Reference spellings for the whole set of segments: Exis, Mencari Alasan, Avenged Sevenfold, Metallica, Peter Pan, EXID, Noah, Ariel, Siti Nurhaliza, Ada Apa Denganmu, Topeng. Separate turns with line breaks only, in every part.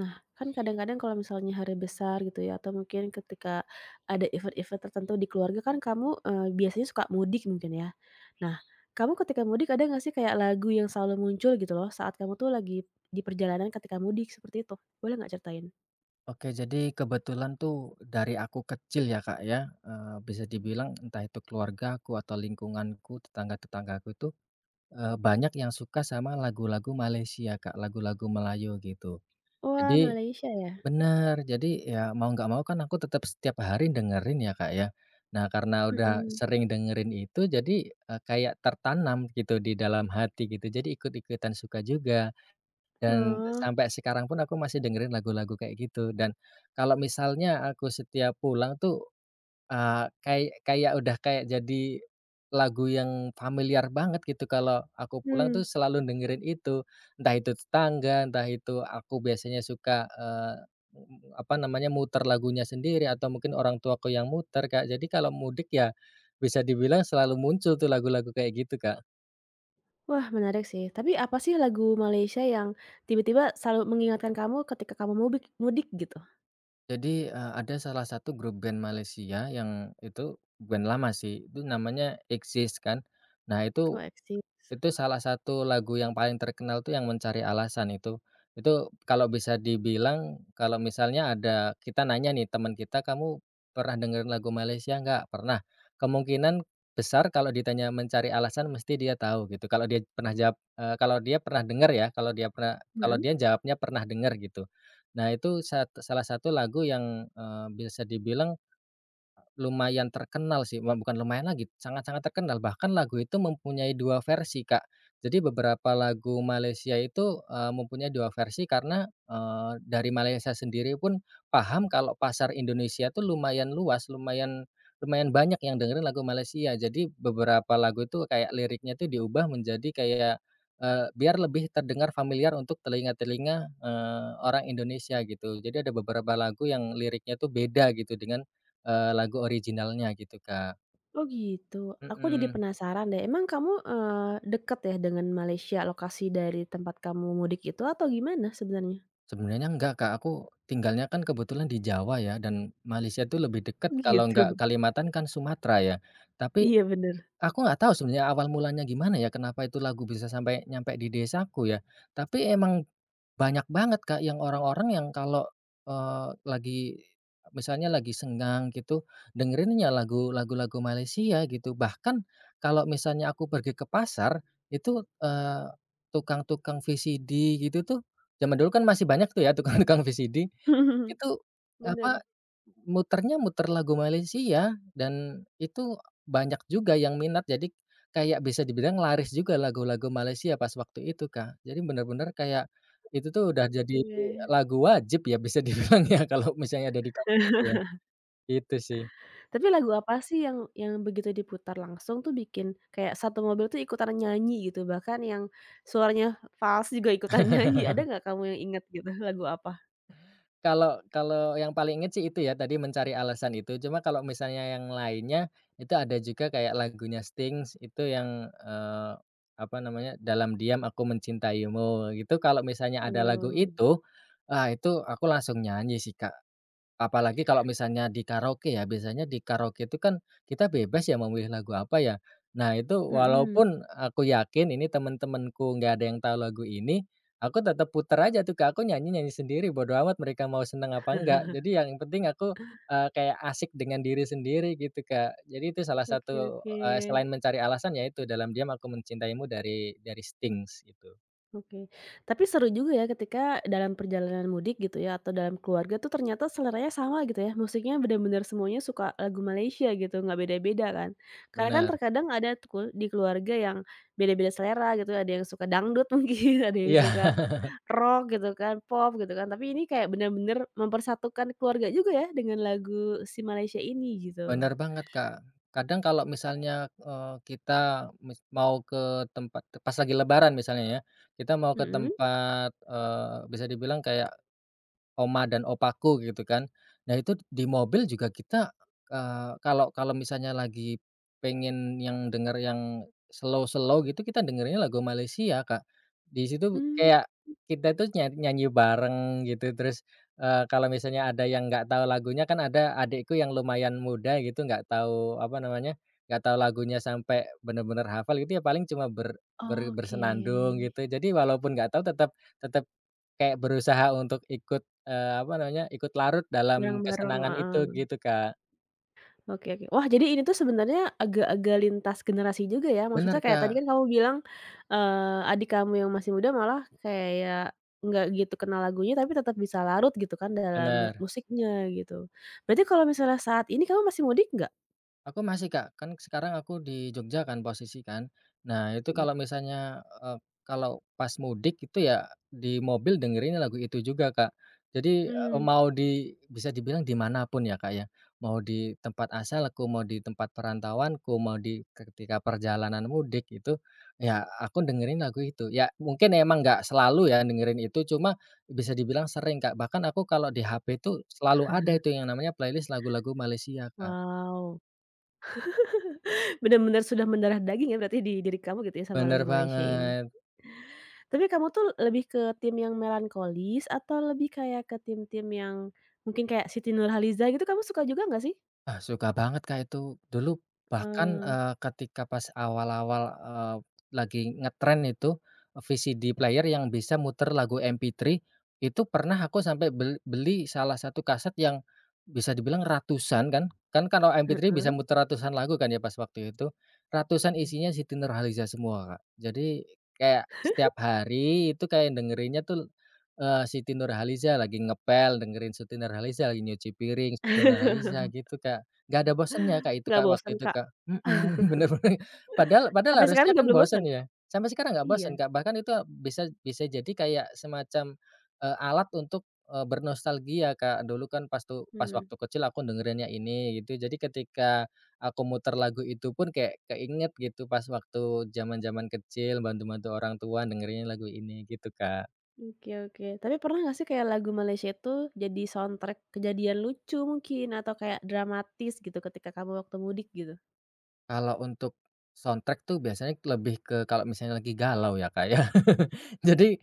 Nah, kan kadang-kadang kalau misalnya hari besar gitu ya, atau mungkin ketika ada event-event tertentu di keluarga kan kamu, biasanya suka mudik mungkin ya. Nah, kamu ketika mudik ada nggak sih kayak lagu yang selalu muncul gitu loh saat kamu tuh lagi di perjalanan ketika mudik seperti itu? Boleh nggak ceritain?
Oke, jadi kebetulan tuh dari aku kecil ya, Kak, ya, bisa dibilang entah itu keluarga aku atau lingkunganku, tetangga-tetanggaku itu, banyak yang suka sama lagu-lagu Malaysia, Kak, lagu-lagu Melayu gitu.
Wah,
Jadi
Malaysia ya?
benar, jadi ya mau nggak mau kan aku tetap setiap hari dengerin ya, Kak, ya. Nah, karena udah
Mhm.
sering dengerin itu jadi, kayak tertanam gitu di dalam hati gitu, jadi ikut-ikutan suka juga. Dan
Oh,
sampai sekarang pun aku masih dengerin lagu-lagu kayak gitu dan kalau misalnya aku setiap pulang tuh, kayak kayak udah kayak jadi lagu yang familiar banget gitu kalau aku pulang
hmm.
tuh selalu dengerin itu. Entah itu tetangga, entah itu aku biasanya suka, apa namanya, muter lagunya sendiri atau mungkin orang tuaku yang muter, Kak. Jadi kalau mudik ya bisa dibilang selalu muncul tuh lagu-lagu kayak gitu, Kak.
Wah, menarik sih. Tapi apa sih lagu Malaysia yang tiba-tiba selalu mengingatkan kamu ketika kamu mudik mudik gitu?
Jadi, ada salah satu grup band Malaysia yang itu band lama sih, itu namanya Exis kan. Nah
Oh,
itu
EXID.
itu salah satu lagu yang paling terkenal tuh yang "Mencari Alasan" itu. Itu kalau bisa dibilang kalau misalnya ada kita nanya nih teman kita, "Kamu pernah dengerin lagu Malaysia nggak?" "Pernah." Kemungkinan besar kalau ditanya "Mencari Alasan" mesti dia tahu gitu. Kalau dia pernah jawab, kalau dia pernah denger ya, kalau
Mhm.
dia jawabnya pernah denger gitu. Nah itu salah satu lagu yang, bisa dibilang lumayan terkenal sih, wah bukan lumayan lagi, sangat-sangat terkenal, bahkan lagu itu mempunyai 2 versi, Kak. Jadi beberapa lagu Malaysia itu, mempunyai 2 versi karena, dari Malaysia sendiri pun paham kalau pasar Indonesia tuh lumayan luas, lumayan lumayan banyak yang dengerin lagu Malaysia. Jadi beberapa lagu itu kayak liriknya tuh diubah menjadi kayak, biar lebih terdengar familiar untuk telinga-telinga, orang Indonesia gitu. Jadi ada beberapa lagu yang liriknya tuh beda gitu dengan lagu originalnya gitu, Kak.
Oh gitu, aku jadi
Mhm.
penasaran deh, emang kamu, deket ya dengan Malaysia, lokasi dari tempat kamu mudik itu atau gimana sebenarnya?
Sebenarnya enggak, Kak, aku tinggalnya kan kebetulan di Jawa ya dan Malaysia tuh lebih dekat
Oh
kalau enggak
gitu,
Kalimantan kan Sumatera ya. Tapi
iya bener,
aku nggak tahu sebenarnya awal mulanya gimana ya, kenapa itu lagu bisa sampai nyampe di desaku ya. Tapi emang banyak banget, Kak, yang orang-orang yang kalau, lagi misalnya lagi senggang gitu, dengerinnya lagu-lagu Malaysia gitu. Bahkan kalau misalnya aku pergi ke pasar, itu, tukang-tukang VCD gitu tuh, zaman dulu kan masih banyak tuh ya tukang-tukang VCD. Itu, apa,
bener,
muter lagu Malaysia dan itu banyak juga yang minat jadi kayak bisa dibilang laris juga lagu-lagu Malaysia pas waktu itu, Kak. Jadi bener-bener kayak itu tuh udah jadi
iya.
lagu wajib ya bisa dibilang ya kalau misalnya ada di kampusku ya, gitu sih.
Tapi lagu apa sih yang begitu diputar langsung tuh bikin kayak satu mobil tuh ikutan nyanyi gitu, bahkan yang suaranya fals juga ikutan nyanyi, ada nggak kamu yang ingat gitu lagu apa?
Kalau kalau yang paling inget sih itu ya, tadi mencari alasan itu. Cuma kalau misalnya yang lainnya, itu ada juga kayak lagunya Sting itu yang, apa namanya, "Dalam Diam Aku Mencintaimu" gitu, kalau misalnya ada lagu
Oh,
itu, ah, itu aku langsung nyanyi sih, Kak. Apalagi kalau misalnya di karaoke ya, biasanya di karaoke itu kan kita bebas ya memilih lagu apa ya. Nah itu
mhm.
walaupun aku yakin ini temen-temenku nggak ada yang tahu lagu ini, aku tetap puter aja tuh Kak, aku nyanyi-nyanyi sendiri bodo amat mereka mau seneng apa enggak. Jadi yang penting aku, kayak asik dengan diri sendiri gitu Kak. Jadi itu salah
Oke,
satu,
oke.
selain mencari alasan ya itu, "Dalam Diam Aku Mencintaimu" dari Stings gitu.
Oke, tapi seru juga ya ketika dalam perjalanan mudik gitu ya atau dalam keluarga tuh ternyata seleranya sama gitu ya, musiknya benar benar semuanya suka lagu Malaysia gitu, nggak beda-beda kan. Karena kan
Bener.
terkadang ada tuh di keluarga yang beda-beda selera gitu, ada yang suka dangdut mungkin, ada yang
Iya.
suka rock gitu kan, pop gitu kan. Tapi ini kayak benar benar mempersatukan keluarga juga ya dengan lagu si Malaysia ini gitu.
Benar banget, Kak. Kadang kalau misalnya, kita mau ke tempat pas lagi Lebaran misalnya ya, kita mau ke
Mhm.
tempat, bisa dibilang kayak Oma dan opaku gitu kan. Nah itu di mobil juga kita, kalau kalau misalnya lagi pengen yang denger yang slow-slow gitu kita dengerinnya lagu Malaysia, Kak. Di situ
Mmm,
kayak kita itu nyanyi bareng gitu terus, kalau misalnya ada yang nggak tahu lagunya kan ada adikku yang lumayan muda gitu nggak tahu apa namanya, nggak tahu lagunya sampai bener-bener hafal gitu ya paling cuma ber ber
oke,
bersenandung gitu. Jadi walaupun nggak tahu tetap tetap kayak berusaha untuk ikut apa namanya, ikut larut dalam
bareng-bareng.
kesenangan itu gitu, Kak.
Oke, oke. Wah, jadi ini tuh sebenarnya agak-agak lintas generasi juga ya? Maksudnya
Bener,
kayak tadi
Kak,
kan kamu bilang, adik kamu yang masih muda malah kayak nggak gitu kenal lagunya, tapi tetap bisa larut gitu kan dalam
bener.
musiknya gitu. Berarti kalau misalnya saat ini kamu masih mudik nggak?
Aku masih, Kak. Kan sekarang aku di Jogja kan posisi kan. Nah, itu kalau misalnya, kalau pas mudik itu ya di mobil dengerin lagu itu juga, Kak. Jadi,
Hmm.
mau bisa dibilang dimanapun ya, Kak, ya. Mau di tempat asalku, mau di tempat perantauanku, mau di ketika perjalanan mudik itu, ya aku dengerin lagu itu. Ya mungkin emang nggak selalu ya dengerin itu, cuma bisa dibilang sering, Kak. Bahkan aku kalau di HP itu selalu ada itu yang namanya playlist lagu-lagu Malaysia, Kak.
Wow, benar-benar sudah mendarah daging ya berarti di diri kamu gitu ya sama
Bener
lagu Malaysia ini.
banget.
Tapi kamu tuh lebih ke tim yang melankolis atau lebih kayak ke tim-tim yang mungkin kayak Siti Nurhaliza gitu kamu suka juga nggak sih?
Ah, suka banget, Kak, itu. Dulu bahkan, ketika pas awal-awal, lagi ngetren itu, VCD player yang bisa muter lagu MP3, itu pernah aku sampai beli salah satu kaset yang bisa dibilang ratusan kan. Kan kalau
Heeh,
MP3 bisa muter ratusan lagu kan ya pas waktu itu. Ratusan
mmm.
isinya Siti Nurhaliza semua, Kak. Jadi kayak setiap hari itu kayak dengerinnya tuh Siti Nurhaliza lagi ngepel, dengerin Siti Nurhaliza, lagi nyuci piring Siti Nurhaliza gitu, Kak. Nggak ada bosennya, Kak, itu,
Nggak
Kak,
bosen,
waktu itu,
Kak?
Kak. Mhm, bener bener. Padahal
Sampai
padahal
sekarang
harusnya
juga
kan
belum
bosen
bosen?
ya, sampai sekarang nggak bosen,
Iya,
Kak. Bahkan itu bisa bisa jadi kayak semacam, alat untuk, bernostalgia, Kak. Dulu kan pas
mhm,
waktu kecil aku dengerinnya ini gitu, jadi ketika aku muter lagu itu pun kayak keinget gitu pas waktu zaman-zaman kecil bantu-bantu orang tua dengerin lagu ini gitu, Kak.
oke, oke. Tapi pernah nggak sih kayak lagu Malaysia itu jadi soundtrack kejadian lucu mungkin atau kayak dramatis gitu ketika kamu waktu mudik gitu?
Kalau untuk soundtrack tuh biasanya lebih ke kalau misalnya lagi galau ya, Kak, ya. Jadi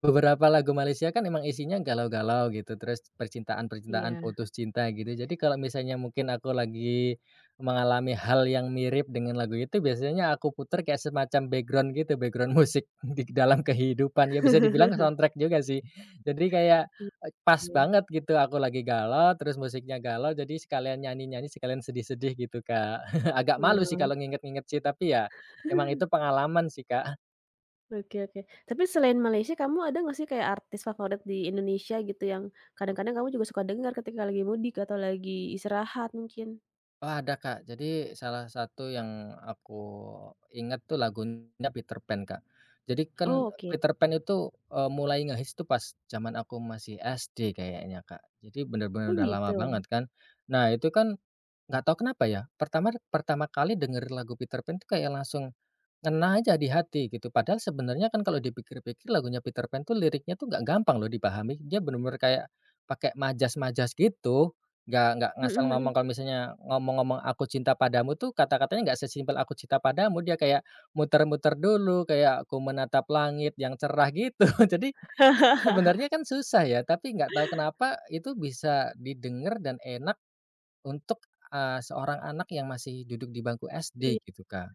beberapa lagu Malaysia kan emang isinya galau-galau gitu, terus percintaan-percintaan,
Iya.
putus cinta gitu. Jadi kalau misalnya mungkin aku lagi mengalami hal yang mirip dengan lagu itu, biasanya aku puter kayak semacam background gitu, background musik di dalam kehidupan. Ya bisa dibilang soundtrack juga sih. Jadi kayak,
Iya
pas
sih.
banget gitu aku lagi galau, terus musiknya galau, jadi sekalian nyanyi-nyanyi, sekalian sedih-sedih gitu, Kak. Agak malu sih
Wah,
kalau nginget-nginget sih, tapi ya emang itu pengalaman sih, Kak.
oke, oke. Tapi selain Malaysia kamu ada nggak sih kayak artis favorit di Indonesia gitu yang kadang-kadang kamu juga suka dengar ketika lagi mudik atau lagi istirahat mungkin?
Oh, ada, Kak. Jadi salah satu yang aku inget tuh lagunya Peter Pan, Kak. Jadi kan
Oh, oke.
Peter Pan itu, mulai ngehits tuh pas zaman aku masih SD kayaknya, Kak. Jadi bener-bener
Oh,
udah lama
gitu?
banget kan. Nah, itu kan nggak tahu kenapa ya, pertama pertama kali dengerin lagu Peter Pan tuh kayak langsung ngena aja di hati gitu, padahal sebenarnya kan kalau dipikir-pikir lagunya Peter Pan tuh liriknya tuh nggak gampang loh dipahami, dia bener-bener kayak pakai majas-majas gitu, nggak
Mhm,
ngasal ngomong
mhm.
kalau misalnya ngomong-ngomong "Aku Cinta Padamu" tuh kata-katanya nggak sesimpel "Aku Cinta Padamu", dia kayak muter-muter dulu, kayak aku menatap langit yang cerah" gitu. Jadi sebenarnya kan susah ya, tapi nggak tahu kenapa itu bisa didengar dan enak untuk, seorang anak yang masih duduk di bangku SD
Iya,
gitu, Kak.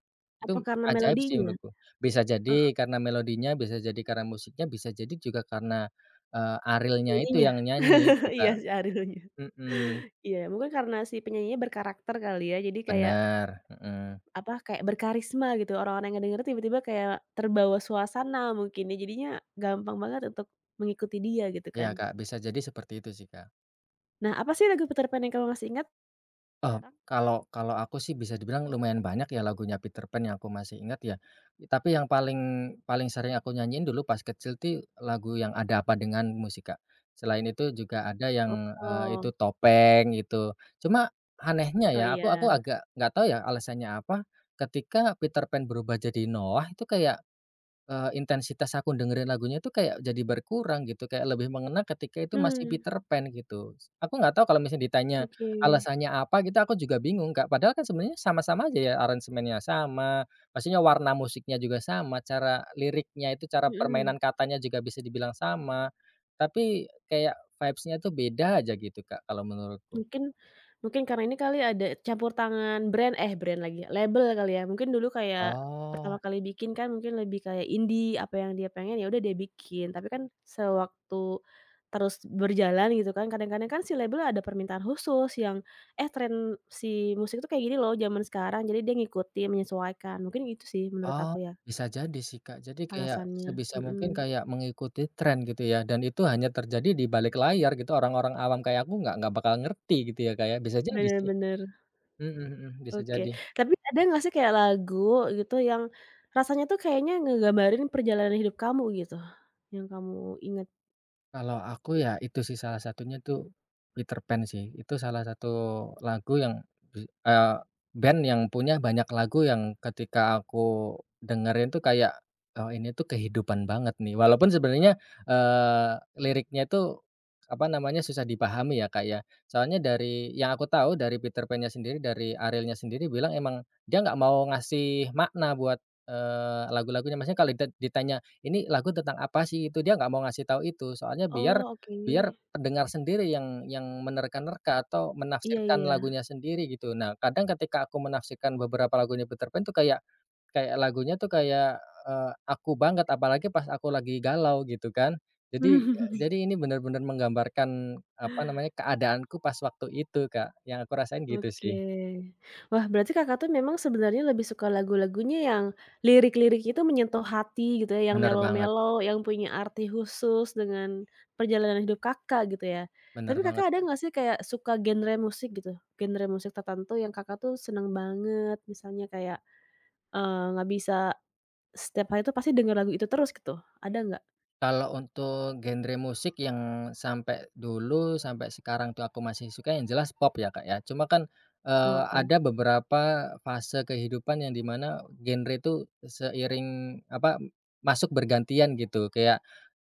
apa
Itu
karena
ajaib sih
melodinya?
menurutku. Bisa jadi karena melodinya, bisa jadi karena musiknya, bisa jadi juga karena, Arielnya itu
Penyanyinya,
yang nyanyi itu,
iya
Kak.
si Arielnya.
Mhm,
Iya, mungkin karena si penyanyinya berkarakter kali ya, jadi kayak,
bener, mhm.
apa, kayak berkarisma gitu, orang-orang yang ngedenger tiba-tiba kayak terbawa suasana mungkin ya, jadinya gampang banget untuk mengikuti dia gitu
Iya,
kan.
Kak, bisa jadi seperti itu sih, Kak.
Nah, apa sih lagu Peter Pan yang kamu masih ingat
Eee,
sekarang?
kalau kalau aku sih bisa dibilang lumayan banyak ya lagunya Peter Pan yang aku masih ingat ya. Tapi yang paling paling sering aku nyanyiin dulu pas kecil tuh lagu yang Ada Apa Denganmu sih, Kak. Selain itu juga ada yang,
Oh,
Itu Topeng itu. Cuma anehnya
oh
ya, aku
iya.
agak nggak tahu ya alasannya apa, ketika Peter Pan berubah jadi Noah itu kayak intensitas aku dengerin lagunya itu kayak jadi berkurang gitu, kayak lebih mengena ketika itu masih
Hmm,
Peter Pan gitu. Aku nggak tahu kalau misalnya ditanya
oke,
alasannya apa gitu, aku juga bingung, Kak. Padahal kan sebenarnya sama-sama aja ya aransemennya sama, maksudnya warna musiknya juga sama, cara liriknya itu, cara
mhm.
permainan katanya juga bisa dibilang sama. Tapi kayak vibes-nya tuh beda aja gitu, Kak, kalau menurutku.
Mungkin mungkin karena ini kali ada campur tangan brand eh, brand lagi, label kali ya. Mungkin dulu kayak
Oh.
pertama kali bikin kan mungkin lebih kayak indie, apa yang dia pengen ya udah dia bikin. Tapi kan sewaktu terus berjalan gitu kan, kadang-kadang kan si label ada permintaan khusus yang, "Eh, tren si musik tuh kayak gini loh zaman sekarang." Jadi dia ngikutin, menyesuaikan. Mungkin itu sih menurut
Oh,
aku ya
bisa jadi sih, Kak. Jadi kayak
alasannya.
sebisa
Mhm,
mungkin kayak mengikuti tren gitu ya, dan itu hanya terjadi di balik layar gitu, orang-orang awam kayak aku nggak bakal ngerti gitu ya, Kak, ya. Bisa jadi
bener
sih.
bener.
Mhm mhm, bisa
Oke,
jadi.
tapi ada nggak sih kayak lagu gitu yang rasanya tuh kayaknya ngegambarin perjalanan hidup kamu gitu, yang kamu ingat.
Kalau aku ya itu sih salah satunya tuh Peter Pan sih. Itu salah satu lagu yang bi eee, band yang punya banyak lagu yang ketika aku dengerin tuh kayak, ini tuh kehidupan banget nih. Walaupun sebenarnya, liriknya tuh apa namanya, susah dipahami ya, Kak, ya. Soalnya dari yang aku tahu dari Peter Pan-nya sendiri, dari Arielnya sendiri bilang emang dia nggak mau ngasih makna buat, lagu-lagunya. Maksudnya kalau ditanya ini lagu tentang apa sih itu, dia nggak mau ngasih tahu itu, soalnya biar
Oh, oke.
biar pendengar sendiri yang menerka-nerka atau
Iya,
menafsirkan
iya.
lagunya sendiri gitu. Nah, kadang ketika aku menafsirkan beberapa lagunya Peter Pan tuh kayak kayak lagunya tuh kayak, aku banget, apalagi pas aku lagi galau gitu kan. Jadi jadi ini bener-bener menggambarkan, apa namanya, keadaanku pas waktu itu, Kak, yang aku rasain gitu
Oke.
sih.
Wah, berarti Kakak tuh memang sebenarnya lebih suka lagu-lagunya yang lirik-lirik itu menyentuh hati gitu ya, yang
Bener banget
melo-melo, yang punya arti khusus dengan perjalanan hidup Kakak gitu ya.
bener
Tapi
banget.
Kakak ada nggak sih kayak suka genre musik gitu? Genre musik tertentu yang Kakak tuh seneng banget misalnya kayak nggak bisa setiap hari itu pasti denger lagu itu terus gitu, ada nggak?
Kalau untuk genre musik yang sampai dulu, sampai sekarang tuh aku masih suka yang jelas pop ya, Kak, ya. Cuma kan,
Oh, oke.
ada beberapa fase kehidupan yang dimana genre itu seiring apa, masuk bergantian gitu. Kayak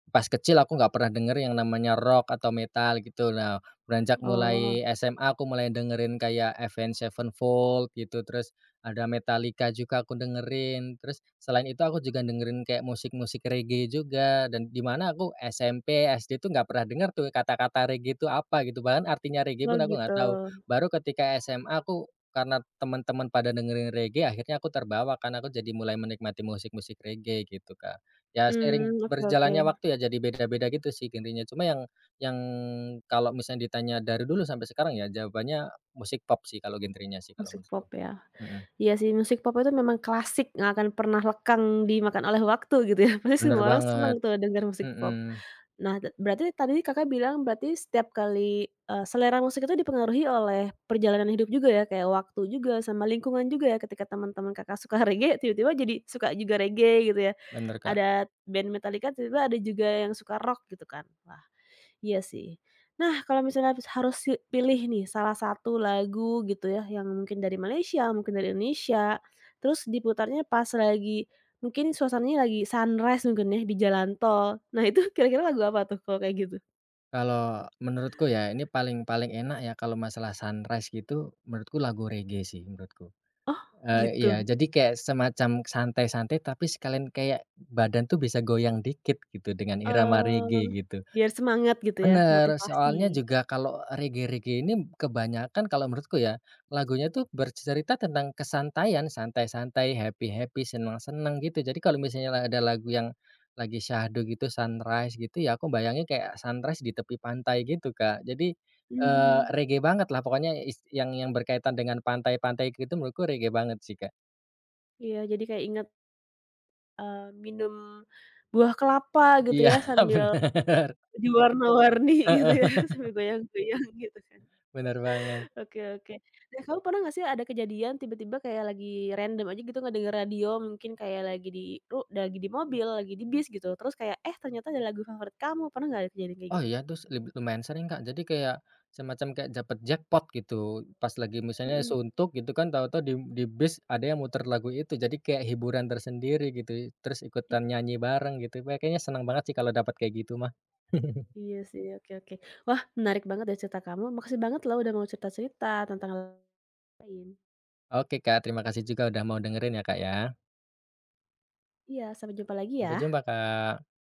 pas kecil aku nggak pernah denger yang namanya rock atau metal gitu. Nah, beranjak
Oh,
mulai SMA aku mulai dengerin kayak Avenged Sevenfold gitu, terus ada Metallica juga aku dengerin, terus selain itu aku juga dengerin kayak musik-musik reggae juga dan di mana aku SMP, SD tuh nggak pernah dengar tuh kata-kata reggae itu apa gitu, bahkan artinya reggae
oh
pun aku
gitu.
nggak tahu. Baru ketika SMA aku karena teman-teman pada dengerin reggae akhirnya aku terbawa kan, aku jadi mulai menikmati musik-musik reggae gitu, Kak. Ya seiring
Mmm, oke, oke,
berjalannya waktu ya jadi beda-beda gitu sih genrenya, cuma yang kalau misalnya ditanya dari dulu sampai sekarang ya jawabannya musik pop sih kalau genrenya sih kalau
musik
menurutku.
pop ya.
Mhm.
Iya sih, musik pop itu memang klasik, nggak akan pernah lekang dimakan oleh waktu gitu ya, pasti
Bener
semua orang
banget,
seneng tuh denger musik pop.
mhm,
Nah, berarti tadi Kakak bilang berarti setiap kali, selera musik itu dipengaruhi oleh perjalanan hidup juga ya, kayak waktu juga sama lingkungan juga ya, ketika teman-teman Kakak suka reggae, tiba-tiba jadi suka juga reggae gitu ya.
bener, Kak.
Ada band Metallica, tiba-tiba ada juga yang suka rock gitu kan. Wah, iya sih. Nah, kalau misalnya habis harus si pilih nih salah satu lagu gitu ya, yang mungkin dari Malaysia, mungkin dari Indonesia, terus diputarnya pas lagi mungkin suasananya lagi sunrise mungkin ya, di jalan tol. Nah, itu kira-kira lagu apa tuh kalau kayak gitu?
Kalau menurutku ya, ini paling paling enak ya kalau masalah sunrise gitu, menurutku lagu reggae sih menurutku.
Oh,
Iya,
gitu.
jadi kayak semacam santai-santai tapi sekalian kayak badan tuh bisa goyang dikit gitu dengan irama
Eee,
reggae gitu.
biar semangat gitu ya,
Bener, soalnya
motivasi.
juga kalau reggae-reggae ini kebanyakan kalau menurutku ya, lagunya tuh bercerita tentang kesantaian, santai-santai, happy-happy, senang-senang gitu. Jadi kalau misalnya ada lagu yang lagi syahdu gitu, sunrise gitu ya, aku bayangin kayak sunrise di tepi pantai gitu, Kak. Jadi,
Mhm.
reggae banget lah pokoknya yang berkaitan dengan pantai-pantai gitu menurutku reggae banget sih, Kak.
Iya, jadi kayak inget, minum buah kelapa gitu
Iya
ya sambil
bener,
diwarna-warni gitu ya,
heeh,
sampai goyang-goyang gitu kan.
bener banget.
Oke, oke. Nah, kamu pernah nggak sih ada kejadian tiba-tiba kayak lagi random aja gitu ngedenger radio mungkin kayak lagi di mobil, lagi di bis gitu, terus kayak, eh ternyata ada lagu favorit kamu, pernah nggak ada kejadian kayak
Oh
gitu?
iya, terus lumayan sering, Kak. Jadi kayak semacam kayak dapet jackpot gitu. Pas lagi misalnya
Mhm.
suntuk gitu kan, tahu-tahu di bis ada yang muter lagu itu. Jadi kayak hiburan tersendiri gitu, terus
I
ikutan nyanyi bareng gitu. Wah, kayaknya senang banget sih kalau dapat kayak gitu mah.
iya sih, oke, oke. Wah, menarik banget ya cerita kamu, makasih banget loh udah mau cerita-cerita tentang hal lain.
Oke, Kak, terima kasih juga udah mau dengerin ya, Kak, ya.
Iya, sampai jumpa lagi
Sampai
ya.
jumpa, Kak.